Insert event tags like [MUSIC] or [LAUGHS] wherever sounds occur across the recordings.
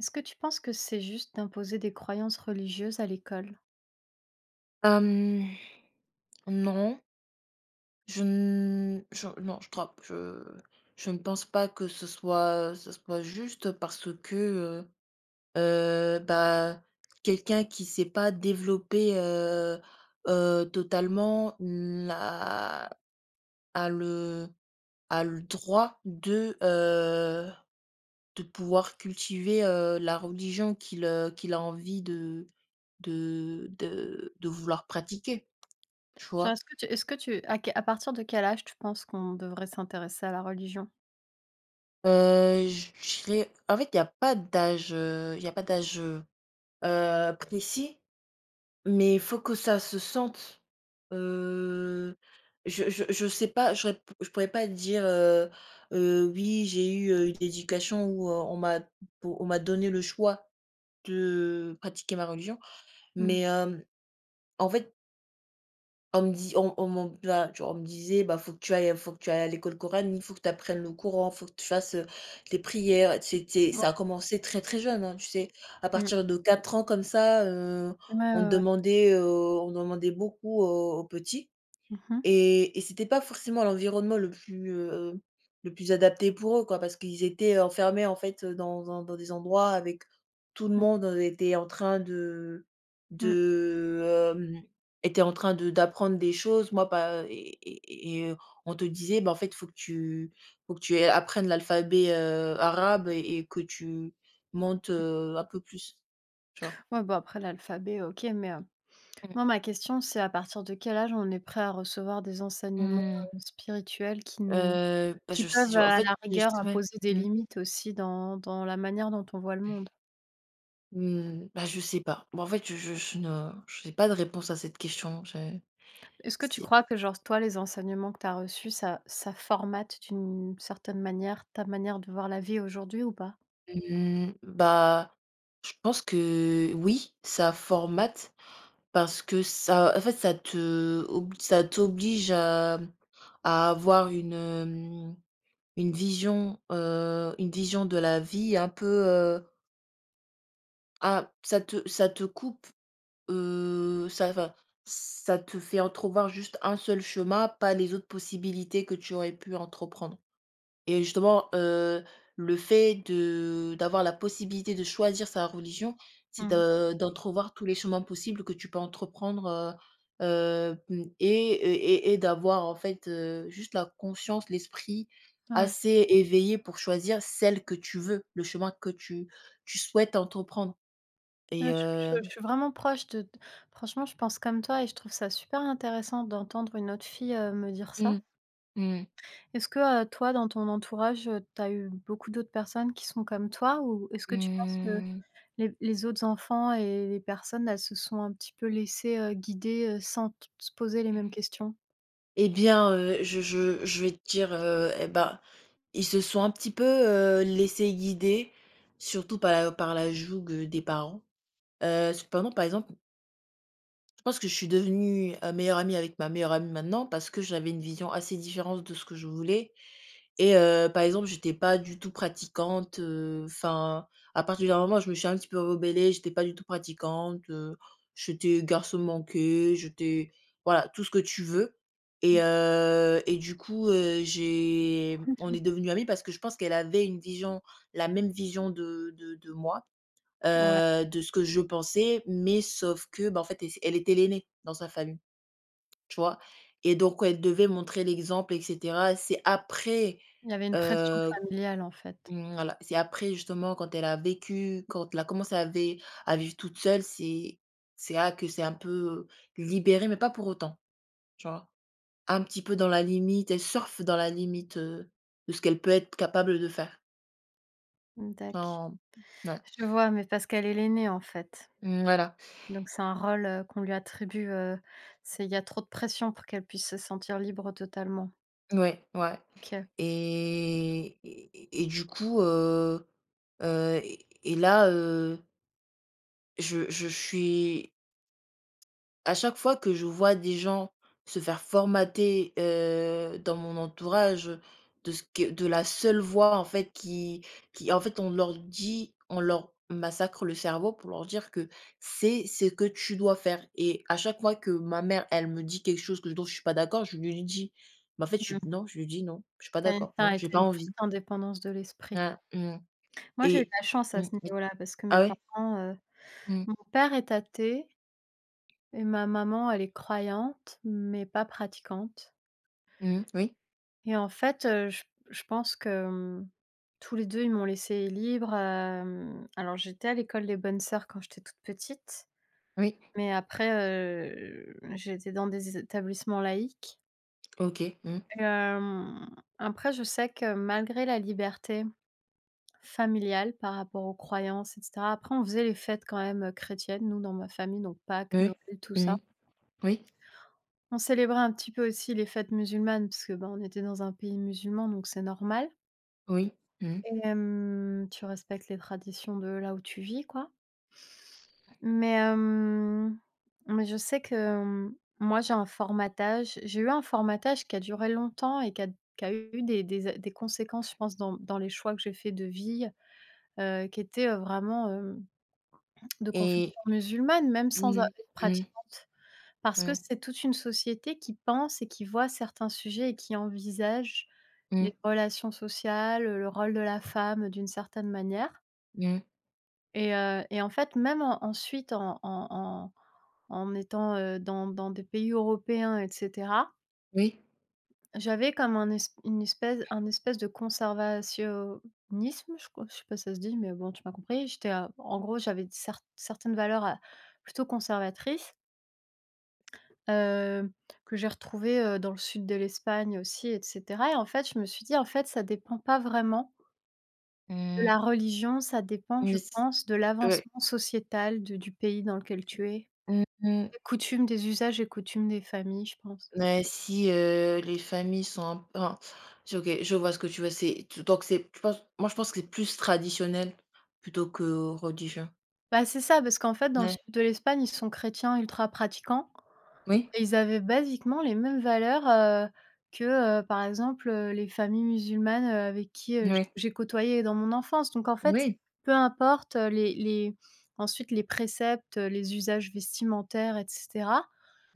Est-ce que tu penses que c'est juste d'imposer des croyances religieuses à l'école? Hem, non. Je n je non, je crois je je ne pense pas que ce soit juste parce que, bah, quelqu'un qui ne s'est pas développé, totalement n'a a le a le droit de, de pouvoir cultiver, la religion qu'il a envie de vouloir pratiquer, tu Genre, vois? Est-ce que tu à que à partir de quel âge tu penses qu'on devrait s'intéresser à la religion? Je dirais, en fait, il y a pas d'âge, précis, mais il faut que ça se sente. Heu, je sais pas, je pourrais pas dire: «Oui, j'ai eu, une éducation où, on m'a donné le choix de pratiquer ma religion». Mmh. Mais, en fait, On me dit on m'en bah, tu vois, on me disait: «Bah, faut que tu ailles à l'école coranique, faut que tu apprennes le Coran, faut que tu fasses, les prières». C'était Ouais. Ça a commencé très, très jeune, hein, tu sais? À Mmh. partir de 4 ans comme ça, Ouais, ouais, ouais. On demandait beaucoup, aux petits. Mmh mh. Et c'était pas forcément l'environnement le plus adapté pour eux quoi, parce qu'ils étaient enfermés, en fait, dans des endroits avec tout le monde, était en train de Mmh. de, hem, d'apprendre des choses. Moi pas. On te disait: «Bah, en fait, faut que tu apprennes l'alphabet, arabe et que tu montes, un peu plus». Tu vois? Ouais, bah, après l'alphabet, OK, mais, moi, ma question, c'est à partir de quel âge on est prêt à recevoir des enseignements, Mmh mh. Spirituels Bah, qui peuvent, en à fait, la rigueur, je ouais. imposer des Mmh. limites aussi dans la manière dont on voit le monde? Mmh, bah, je sais pas. Bon, en fait, je ne j'ai pas de réponse à cette question. Est-ce que tu c'est crois que genre toi les enseignements que tu as reçus ça formate d'une certaine manière ta manière de voir la vie aujourd'hui ou pas? mmh, Bah, je pense que oui, ça formate, parce que ça en fait, ça te ob ça t'oblige à avoir une, vision, une vision de la vie un peu, ah, ça te coupe, heu, ça enfin, ça te fait entrevoir juste un seul chemin, pas les autres possibilités que tu aurais pu entreprendre. Et justement, le fait de d'avoir la possibilité de choisir sa religion, c'est Mmh. de d'entrevoir tous les chemins possibles que tu peux entreprendre, heu, heu, mmh et et d'avoir, en fait, juste la conscience, l'esprit Ouais. assez éveillé pour choisir celle que tu veux, le chemin que tu souhaites entreprendre Ouais, et je heu je je suis vraiment proche franchement je pense comme toi et je trouve ça super intéressant d'entendre une autre fille, me dire ça. mmh, mmh, Est-ce que, toi dans ton entourage, tu as eu beaucoup d'autres personnes qui sont comme toi? Ou est-ce que tu penses que mmh. les autres enfants et les personnes, elles se sont un petit peu laissées, guider, sans t se poser les mêmes questions? Eh bien, je vais te dire, eh ben, ils se sont un petit peu, laissés guider, surtout par la joug, des parents. Cependant, par exemple, je pense que je suis devenue, meilleure amie avec ma meilleure amie maintenant parce que j'avais une vision assez différente de ce que je voulais et, par exemple, j'étais pas du tout pratiquante, enfin, à partir d'un moment, je me suis un petit peu rebellée, j'étais pas du tout pratiquante, j'étais garçon manqué, j'étais, voilà, tout ce que tu veux, Mmh. Et du coup, j'ai on est devenues amies parce que je pense qu'elle avait une vision la même vision de moi, Ouais. De ce que je pensais, mais sauf que, bah, en fait, elle était l'aînée dans sa famille, tu vois? Et donc elle devait montrer l'exemple, et cetera. C'est après, Il y avait une pression heu, familiale, en fait. mmh, voilà, c'est après justement quand elle a commencé à vivre toute seule, c'est là que c'est un peu libéré, mais pas pour autant, tu vois? Un petit peu dans la limite, elle surfe dans la limite, de ce qu'elle peut être capable de faire, Dac. sans Ouais, Je vois, mais parce qu'elle est l'aînée, en fait. mmh, voilà. Donc c'est un rôle, qu'on lui attribue, c'est il y a trop de pression pour qu'elle puisse se sentir libre totalement. Ouais, ouais. OK. Et du coup, là, je suis à chaque fois que je vois des gens se faire formater, dans mon entourage, de ce que de la seule voix, en fait, on leur massacre le cerveau pour leur dire que c'est ce que tu dois faire. Et à chaque fois que ma mère, elle me dit quelque chose que dont je suis pas d'accord, je lui dis: «Mais en fait, je Mmh. suis non», je lui dis: «Non, je suis pas Tu d'accord. Non, as j'ai pas une forte envie». indépendance de l'esprit. Ouais, mmh. Moi, j'ai eu de Et la chance à Oui. ce niveau-là parce que mes Ah ouais? parents, Mmh. mon père est athée et ma maman, elle est croyante, mais pas pratiquante. Mmh. Oui, Et en fait, je pense que, tous les 2, ils m'ont laissée libre, alors j'étais à l'école des bonnes sœurs quand j'étais toute petite, oui. mais après, j'étais dans des établissements laïques OK. Mmh. hem, Après je sais que malgré la liberté familiale par rapport aux croyances et cetera, après on faisait les fêtes quand même, chrétiennes, nous, dans ma famille, donc Pâques, Noël, Oui. tout ça. Mmh. Oui, On célébrait un petit peu aussi les fêtes musulmanes parce que, ben, on était dans un pays musulman, donc c'est normal. oui. Mmh. Et tu respectes les traditions de là où tu vis, quoi. Mais, hem, mais je sais que, moi, j'ai eu un formatage qui a duré longtemps et qui a eu des conséquences, je pense, dans les choix que j'ai faits de vie, qui étaient, vraiment, de Et confession musulmane, même sans a Mmh. être Mmh. pratiquante. Parce que Mmh. c'est toute une société qui pense et qui voit certains sujets et qui envisage Mmh. les relations sociales, le rôle de la femme, d'une certaine manière. Mmh. Et en fait, même en ensuite en étant, dans des pays européens et cetera, Oui. j'avais comme un espèce de conservationnisme, je crois, je sais pas si ça se dit, mais bon, tu m'as compris. J'étais, en gros, j'avais certaines valeurs à plutôt conservatrices, heu, que j'ai retrouvées, dans le sud de l'Espagne aussi et cetera et en fait, je me suis dit: «En fait, ça dépend pas vraiment de Mmh. la religion, ça dépend, je mais pense, de s Ouais. l'avancement sociétal de du pays dans lequel tu es». Mmh mh. Coutumes des usages et coutumes des familles, je pense. Mais si, les familles sont un p enfin, j OK, je vois ce que tu veux, c'est tu donc c'est tu penses moi je pense que c'est plus traditionnel plutôt que religieux. Bah, c'est ça, parce qu'en fait, dans le sud Ouais. de l'Espagne, ils sont chrétiens ultra pratiquants Oui, et ils avaient basiquement les mêmes valeurs, que, par exemple, les familles musulmanes, avec qui, j oui, j'ai côtoyé dans mon enfance. Donc en fait, oui, peu importe, les préceptes, les usages vestimentaires et cetera,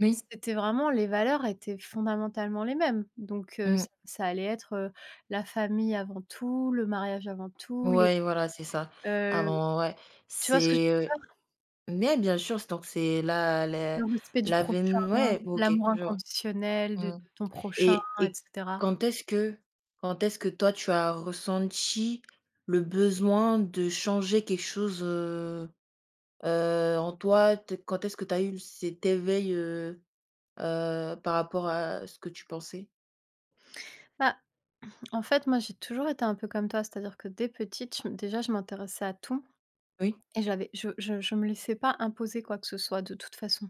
oui. c'était vraiment les valeurs étaient fondamentalement les mêmes. Donc ça Mmh. ça allait être, la famille avant tout, le mariage avant tout, les, Ouais, voilà, c'est ça. heu Avant, ouais, Tu vois ce que je c'est, heu veux dire? mais bien sûr, c'est la la Le respect du la prochain, veine, ouais, OK, l'amour je vois. inconditionnel de Mmh ton prochain et et et cetera. Quand est-ce que toi, tu as ressenti le besoin de changer quelque chose, en toi? T Quand est-ce que tu as eu cet éveil, par rapport à ce que tu pensais? Bah, en fait, moi, j'ai toujours été un peu comme toi, c'est-à-dire que dès petite, je m déjà, je m'intéressais à tout Oui? et j'avais je me laissais pas imposer quoi que ce soit de toute façon,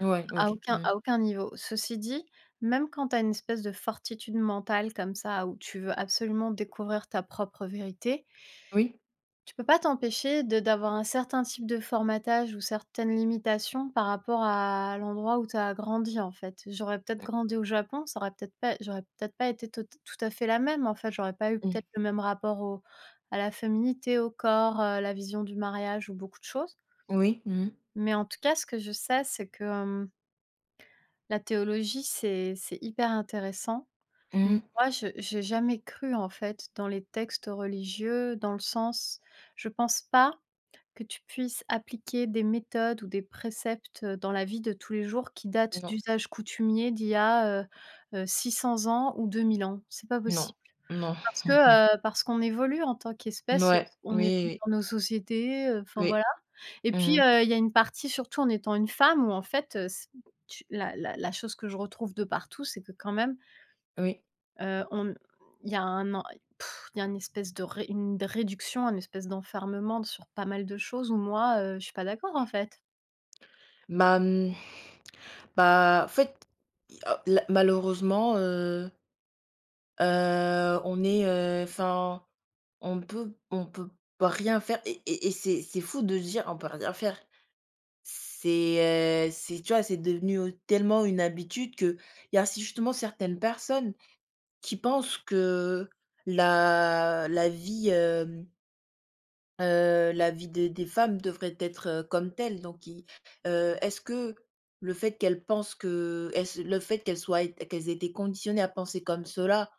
Ouais, OK. Mmh. à aucun niveau. Ceci dit, même quand tu as une espèce de fortitude mentale comme ça, où tu veux absolument découvrir ta propre vérité, Oui? tu peux pas t'empêcher de d'avoir un certain type de formatage ou certaines limitations par rapport à l'endroit où tu as grandi, en fait. J'aurais peut-être grandi au Japon, ça aurait peut-être pas j'aurais peut-être pas été tot tout à fait la même, en fait. J'aurais pas eu Mmh peut-être le même rapport au à la féminité, au corps, la vision du mariage ou beaucoup de choses. Oui. Mmh mh. Mais en tout cas, ce que je sais, c'est que, la théologie, c'est hyper intéressant. Mais Mmh moi, je j'ai jamais cru, en fait, dans les textes religieux, dans le sens je pense pas que tu puisses appliquer des méthodes ou des préceptes, dans la vie de tous les jours qui datent Non. d'usages coutumiers d'il y a, 600 ans ou 2000 ans. C'est pas Non. possible. Non. Parce [LAUGHS] que, parce qu'on évolue en tant qu'espèce, ouais Oui, on évolue oui, dans nos sociétés, enfin oui. voilà. Et puis, Mmh il y a une partie surtout en étant une femme où en fait, c tu la la la chose que je retrouve de partout, c'est que quand même Oui. Heu, On il y a un en pff, Il y a une espèce de ré une réduction, une espèce d'enfermement sur pas mal de choses où moi, je suis pas d'accord en fait. Bah, en fait, i la malheureusement, on est, enfin, on peut pas rien faire et c'est fou de se dire: «On peut rien faire». C'est tu vois, c'est devenu, tellement une habitude que il y a si, justement, certaines personnes qui pensent que la vie, euh, des femmes devrait être, comme telle, donc, i est-ce que le fait qu'elles pensent que est-ce le fait qu'elles soient ét qu'elles aient été conditionnées à penser comme cela,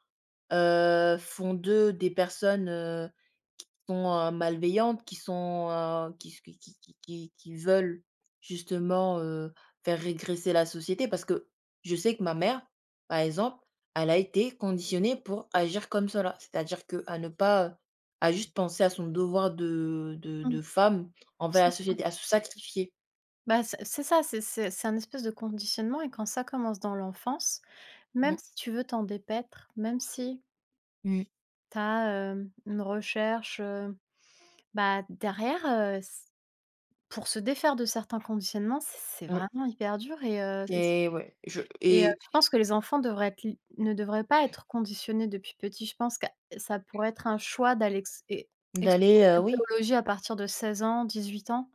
font d'eux des personnes, qui sont, malveillantes, qui veulent, justement, faire régresser la société? Parce que je sais que ma mère, par exemple, elle a été conditionnée pour agir comme cela, c'est-à-dire que à ne pas, à juste penser à son devoir de de Mmh. de femme envers C'est la ça. société, à se sacrifier. Bah, c'est ça, c'est un espèce de conditionnement et quand ça commence dans l'enfance, Mmh. même si tu veux t'en dépêtre, même si Mmh. tu as, une recherche, bah, derrière, s pour se défaire de certains conditionnements, c'est Oui. vraiment hyper dur. Et ouais. je Et et je pense que les enfants devraient être li ne devraient pas être conditionnés depuis petit. Je pense que ça pourrait être un choix d'aller ex e D'aller, explorer la oui, théologie à partir de 16 ans, 18 ans.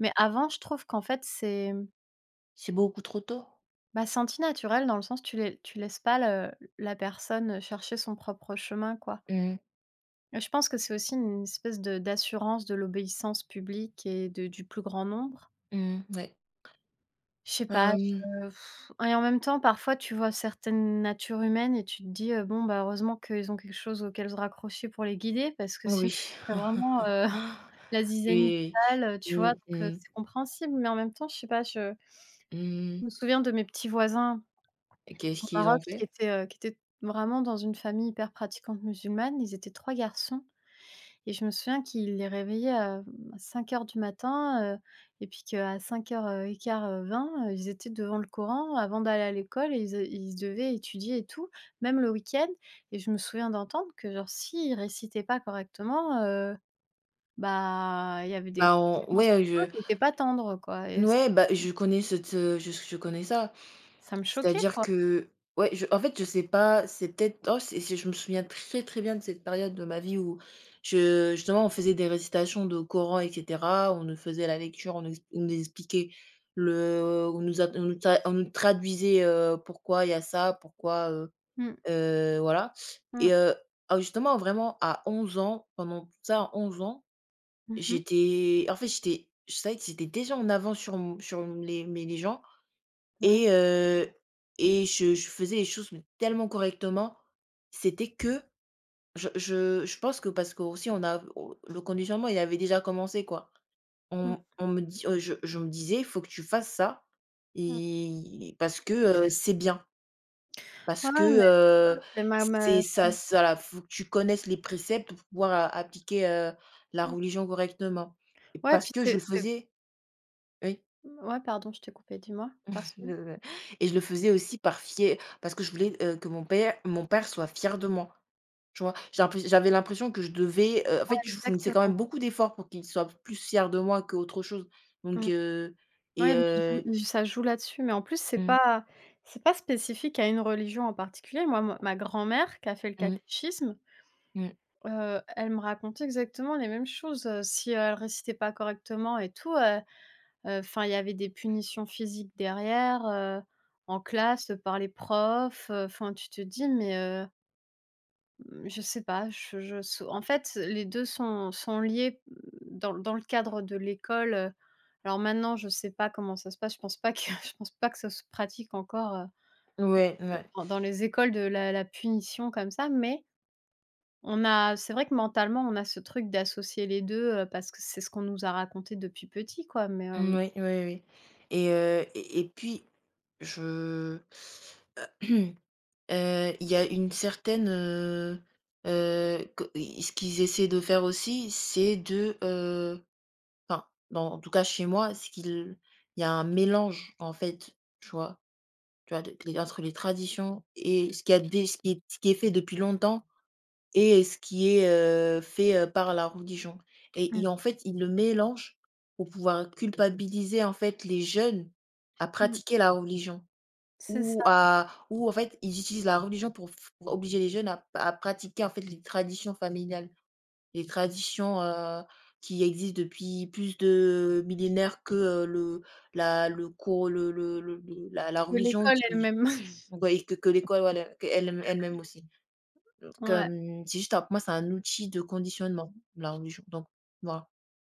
Mais avant, je trouve qu'en fait, c'est beaucoup trop tôt. bah, c'est anti-naturel dans le sens tu laisses pas le la personne chercher son propre chemin, quoi. Mmh, Et je pense que c'est aussi une espèce de d'assurance de l'obéissance publique et de du plus grand nombre. mmh, ouais. Je sais pas, Hem, et en même temps, parfois, tu vois certaines natures humaines et tu te dis: «Bon, bah, heureusement qu'ils ont quelque chose auquel se raccrocher pour les guider», parce que sinon, oui. ce serait vraiment, [GASPS] heu, [LAUGHS] [LAUGHS] la zizanie Et totale, tu vois? mmh Donc, mh, c'est compréhensible, mais en même temps, je sais pas, je mmh me souviens de mes petits voisins et Qu'est-ce au qu'ils Maroc ont qui fait? étaient, heu, qui étaient vraiment dans une famille hyper pratiquante musulmane. Ils étaient 3 garçons et je me souviens qu'il les réveillait à 5h du matin, et puis qu'à 5h15, ils étaient devant le Coran avant d'aller à l'école et ils devaient étudier et tout, même le week-end et je me souviens d'entendre que genre s'ils récitaient pas correctement, bah, il y avait des Bah, on conséquences ouais, pour eux je qui n'étaient pas tendres, quoi et ça ouais, bah, je connais cette, je connais ça. ça me choquait, C'est-à-dire quoi. que, ouais, je en fait, je sais pas, c'est peut-être oh, c'est je me souviens très, très bien de cette période de ma vie où je justement, on faisait des récitations de Coran, et cetera. On nous faisait la lecture, on nous expliquait, le on nous a on nous ta on nous traduisait, pourquoi il y a ça, pourquoi, Mmh, voilà mmh. et heu, ah, justement, vraiment à 11 ans, pendant ça, 11 ans, Mmh. j'étais en fait, j'étais je savais que j'étais déjà en avance sur mon sur les mais les gens Ouais. et heu et je faisais les choses, mais tellement correctement. C'était que je pense que parce que aussi on a au le conditionnement, il avait déjà commencé, quoi. Mmh On me dit je me disais: «Il faut que tu fasses ça, mh. et parce que, c'est bien, parce Ouais, que, ouais, mais c'est ça, heu, c'est ma c'est ma ça ça la faut que tu connaisses les préceptes pour pouvoir a appliquer, la mmh. religion correctement», et ouais, parce puis que je c'est le c'est faisais. Oui. ouais, pardon, je t'ai coupé, dis-moi? Parce que? Le Et je le faisais aussi par fier, parce que je voulais, que mon père soit fier de moi, tu vois? J'avais l'impression que en Ouais, fait, je fournissais quand exactement. même beaucoup d'efforts pour qu'il soit plus fier de moi qu'autre chose, Mmh. donc heu et Ouais, mais il joue heu il ça joue là-dessus, mais en plus, c'est Mmh. pas c'est pas spécifique à une religion en particulier. Moi, ma grand-mère qui a fait le Mmh. catéchisme, Mmh. Elle me racontait exactement les mêmes choses, si elle récitait pas correctement et tout, enfin, il y avait des punitions physiques derrière, en classe, par les profs, enfin, tu te dis: «Mais» Mmh, je sais pas, je sau en fait, les 2 sont liés, dans le cadre de l'école, alors maintenant, je sais pas comment ça se passe, je pense pas que [LAUGHS] je pense pas que ça se pratique encore, Ouais, Ouais. ouais. Dans les écoles de la punition comme ça, mais on a c'est vrai que mentalement, on a ce truc d'associer les deux, parce que c'est ce qu'on nous a raconté depuis petit, quoi, Mmh, oui, oui, oui. Et puis, je [CLEARS THROAT] il y a une certaine, que ce qu'ils essaient de faire aussi, c'est de, enfin, dans en tout cas chez moi, c'est qu'il y a un mélange, en fait, tu vois? Tu vois? De les Entre les traditions et ce qui est fait depuis longtemps, et ce qui est, fait, par la religion, et Mmh. et en fait, ils le mélange pour pouvoir culpabiliser, en fait, les jeunes à Mmh, pratiquer la religion, c'est ça, ou, en fait, ils utilisent la religion pour f pour obliger les jeunes à pratiquer, en fait, les traditions familiales. Les traditions, qui existent depuis plus de millénaires que, le la le cours le la que religion l'école qui... elle-même. [LAUGHS] Oui, que l'école, voilà, qu'elle-même elle-même aussi. Ouais. Comme c'est juste un Pour moi, c'est un outil de conditionnement, la religion, donc voilà.